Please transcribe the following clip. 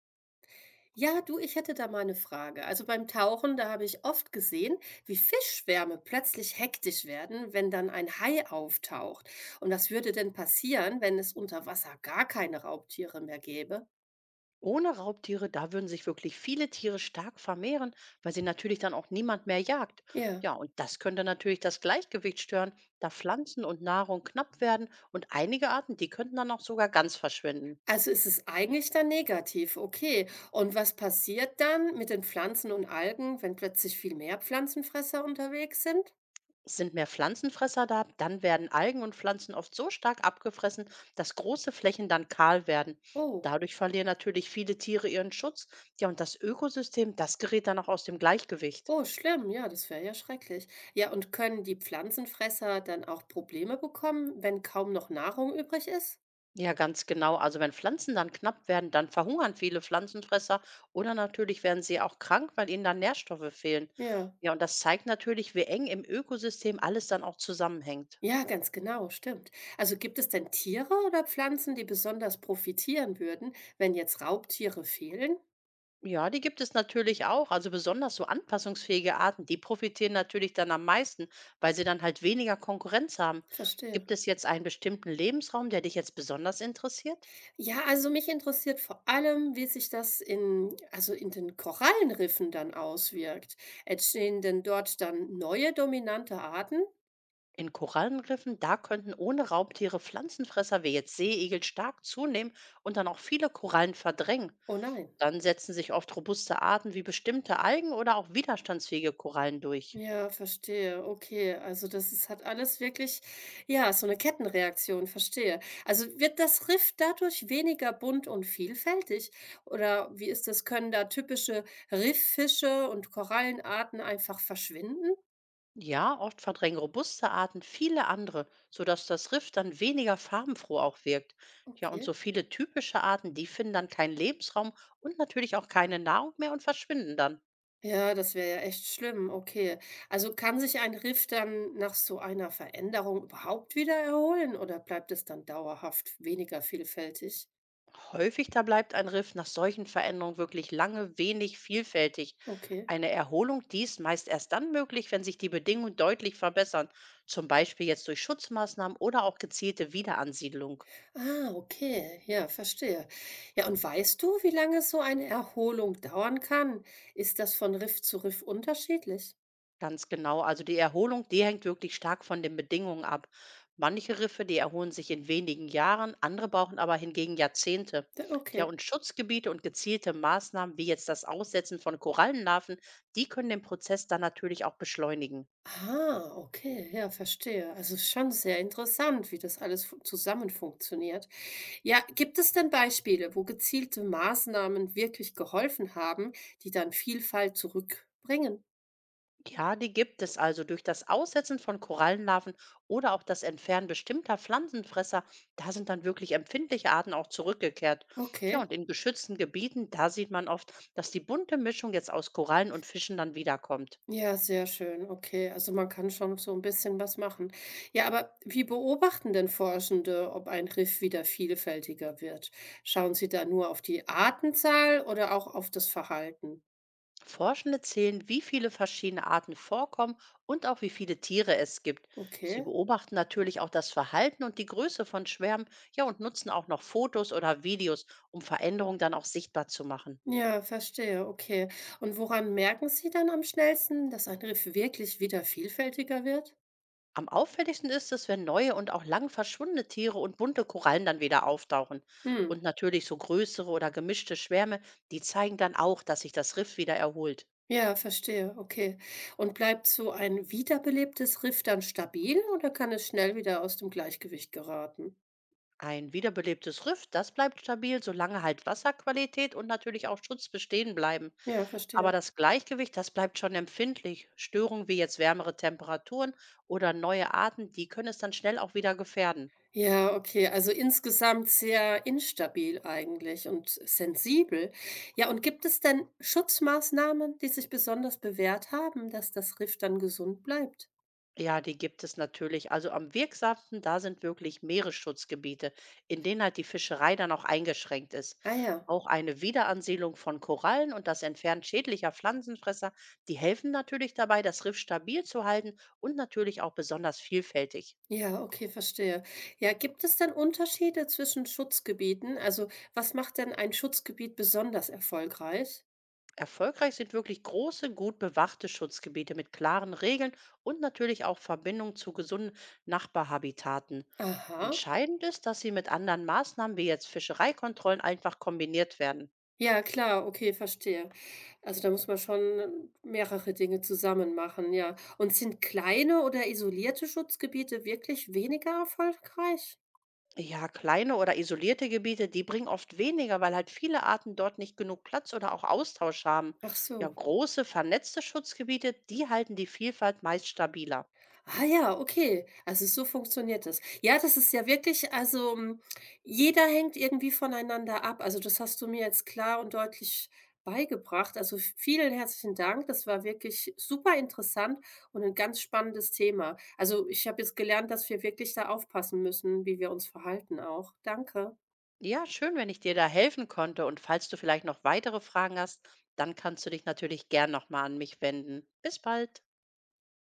Ja, du, ich hätte da mal eine Frage. Also beim Tauchen, da habe ich oft gesehen, wie Fischschwärme plötzlich hektisch werden, wenn dann ein Hai auftaucht. Und was würde denn passieren, wenn es unter Wasser gar keine Raubtiere mehr gäbe? Ohne Raubtiere, da würden sich wirklich viele Tiere stark vermehren, weil sie natürlich dann auch niemand mehr jagt. Ja. Ja, und das könnte natürlich das Gleichgewicht stören, da Pflanzen und Nahrung knapp werden und einige Arten, die könnten dann auch sogar ganz verschwinden. Also ist es eigentlich dann negativ, okay. Und was passiert dann mit den Pflanzen und Algen, wenn plötzlich viel mehr Pflanzenfresser unterwegs sind? Sind mehr Pflanzenfresser da, dann werden Algen und Pflanzen oft so stark abgefressen, dass große Flächen dann kahl werden. Oh. Dadurch verlieren natürlich viele Tiere ihren Schutz. Ja, und das Ökosystem, das gerät dann auch aus dem Gleichgewicht. Oh, schlimm, ja, das wäre ja schrecklich. Ja, und können die Pflanzenfresser dann auch Probleme bekommen, wenn kaum noch Nahrung übrig ist? Ja, ganz genau. Also wenn Pflanzen dann knapp werden, dann verhungern viele Pflanzenfresser oder natürlich werden sie auch krank, weil ihnen dann Nährstoffe fehlen. Ja. Ja, und das zeigt natürlich, wie eng im Ökosystem alles dann auch zusammenhängt. Ja, ganz genau, stimmt. Also gibt es denn Tiere oder Pflanzen, die besonders profitieren würden, wenn jetzt Raubtiere fehlen? Ja, die gibt es natürlich auch. Also besonders so anpassungsfähige Arten, die profitieren natürlich dann am meisten, weil sie dann halt weniger Konkurrenz haben. Verstehe. Gibt es jetzt einen bestimmten Lebensraum, der dich jetzt besonders interessiert? Ja, also mich interessiert vor allem, wie sich das in, also in den Korallenriffen dann auswirkt. Entstehen denn dort dann neue dominante Arten? In Korallenriffen, da könnten ohne Raubtiere Pflanzenfresser wie jetzt Seeigel stark zunehmen und dann auch viele Korallen verdrängen. Oh nein. Dann setzen sich oft robuste Arten wie bestimmte Algen oder auch widerstandsfähige Korallen durch. Ja, verstehe. Okay, also das ist hat alles wirklich, ja, so eine Kettenreaktion, verstehe. Also wird das Riff dadurch weniger bunt und vielfältig? Oder wie ist das? Können da typische Rifffische und Korallenarten einfach verschwinden? Ja, oft verdrängen robuste Arten viele andere, sodass das Riff dann weniger farbenfroh auch wirkt. Ja, und Okay. so viele typische Arten, die finden dann keinen Lebensraum und natürlich auch keine Nahrung mehr und verschwinden dann. Ja, das wäre ja echt schlimm. Okay. Also kann sich ein Riff dann nach so einer Veränderung überhaupt wieder erholen oder bleibt es dann dauerhaft weniger vielfältig? Häufig da bleibt ein Riff nach solchen Veränderungen wirklich lange wenig vielfältig. Okay. Eine Erholung dies meist erst dann möglich, wenn sich die Bedingungen deutlich verbessern, zum Beispiel jetzt durch Schutzmaßnahmen oder auch gezielte Wiederansiedlung. Ah, okay, ja, verstehe. Ja, und weißt du, wie lange so eine Erholung dauern kann? Ist das von Riff zu Riff unterschiedlich? Ganz genau, also die Erholung, die hängt wirklich stark von den Bedingungen ab. Manche Riffe, die erholen sich in wenigen Jahren, andere brauchen aber hingegen Jahrzehnte. Ja, Ja, okay. und Schutzgebiete und gezielte Maßnahmen wie jetzt das Aussetzen von Korallenlarven, die können den Prozess dann natürlich auch beschleunigen. Ah, okay, ja, verstehe. Also ist schon sehr interessant, wie das alles zusammen funktioniert. Ja, gibt es denn Beispiele, wo gezielte Maßnahmen wirklich geholfen haben, die dann Vielfalt zurückbringen? Ja, die gibt es also durch das Aussetzen von Korallenlarven oder auch das Entfernen bestimmter Pflanzenfresser. Da sind dann wirklich empfindliche Arten auch zurückgekehrt. Ja, Okay. und in geschützten Gebieten, da sieht man oft, dass die bunte Mischung jetzt aus Korallen und Fischen dann wiederkommt. Ja, sehr schön. Okay, also man kann schon so ein bisschen was machen. Ja, aber wie beobachten denn Forschende, ob ein Riff wieder vielfältiger wird? Schauen sie da nur auf die Artenzahl oder auch auf das Verhalten? Forschende zählen, wie viele verschiedene Arten vorkommen und auch wie viele Tiere es gibt. Sie Okay. beobachten natürlich auch das Verhalten und die Größe von Schwärmen, ja, und nutzen auch noch Fotos oder Videos, um Veränderungen dann auch sichtbar zu machen. Ja, verstehe, okay. Und woran merken Sie dann am schnellsten, dass ein Riff wirklich wieder vielfältiger wird? Am auffälligsten ist es, wenn neue und auch lang verschwundene Tiere und bunte Korallen dann wieder auftauchen. Hm. Und natürlich so größere oder gemischte Schwärme, die zeigen dann auch, dass sich das Riff wieder erholt. Ja, verstehe, okay. Und bleibt so ein wiederbelebtes Riff dann stabil oder kann es schnell wieder aus dem Gleichgewicht geraten? Ein wiederbelebtes Riff, das bleibt stabil, solange halt Wasserqualität und natürlich auch Schutz bestehen bleiben. Ja, verstehe. Aber das Gleichgewicht, das bleibt schon empfindlich. Störungen wie jetzt wärmere Temperaturen oder neue Arten, die können es dann schnell auch wieder gefährden. Ja, okay, also insgesamt sehr instabil eigentlich und sensibel. Ja, und gibt es denn Schutzmaßnahmen, die sich besonders bewährt haben, dass das Riff dann gesund bleibt? Ja, die gibt es natürlich. Also am wirksamsten, da sind wirklich Meeresschutzgebiete, in denen halt die Fischerei dann auch eingeschränkt ist. Ah ja, Auch eine Wiederansiedlung von Korallen und das Entfernen schädlicher Pflanzenfresser, die helfen natürlich dabei, das Riff stabil zu halten und natürlich auch besonders vielfältig. ja, okay, verstehe. Ja, gibt es denn Unterschiede zwischen Schutzgebieten? Also, was macht denn ein Schutzgebiet besonders erfolgreich? Erfolgreich sind wirklich große, gut bewachte Schutzgebiete mit klaren Regeln und natürlich auch Verbindung zu gesunden Nachbarhabitaten. Aha. Entscheidend ist, dass sie mit anderen Maßnahmen wie jetzt Fischereikontrollen einfach kombiniert werden. Ja, klar, okay, verstehe. Also da muss man schon mehrere Dinge zusammen machen, ja. Und sind kleine oder isolierte Schutzgebiete wirklich weniger erfolgreich? Ja, kleine oder isolierte Gebiete, die bringen oft weniger, weil halt viele Arten dort nicht genug Platz oder auch Austausch haben. Ach Ja, so. große, vernetzte Schutzgebiete, die halten die Vielfalt meist stabiler. Ah ja, okay. Also so funktioniert das. Ja, das ist ja wirklich, also hm, jeder hängt irgendwie voneinander ab. Also das hast du mir jetzt klar und deutlich beigebracht. Also vielen herzlichen Dank. Das war wirklich super interessant und ein ganz spannendes Thema. Also ich habe jetzt gelernt, dass wir wirklich da aufpassen müssen, wie wir uns verhalten auch. Danke. Ja, schön, wenn ich dir da helfen konnte. Und falls du vielleicht noch weitere Fragen hast, dann kannst du dich natürlich gern nochmal an mich wenden. Bis bald.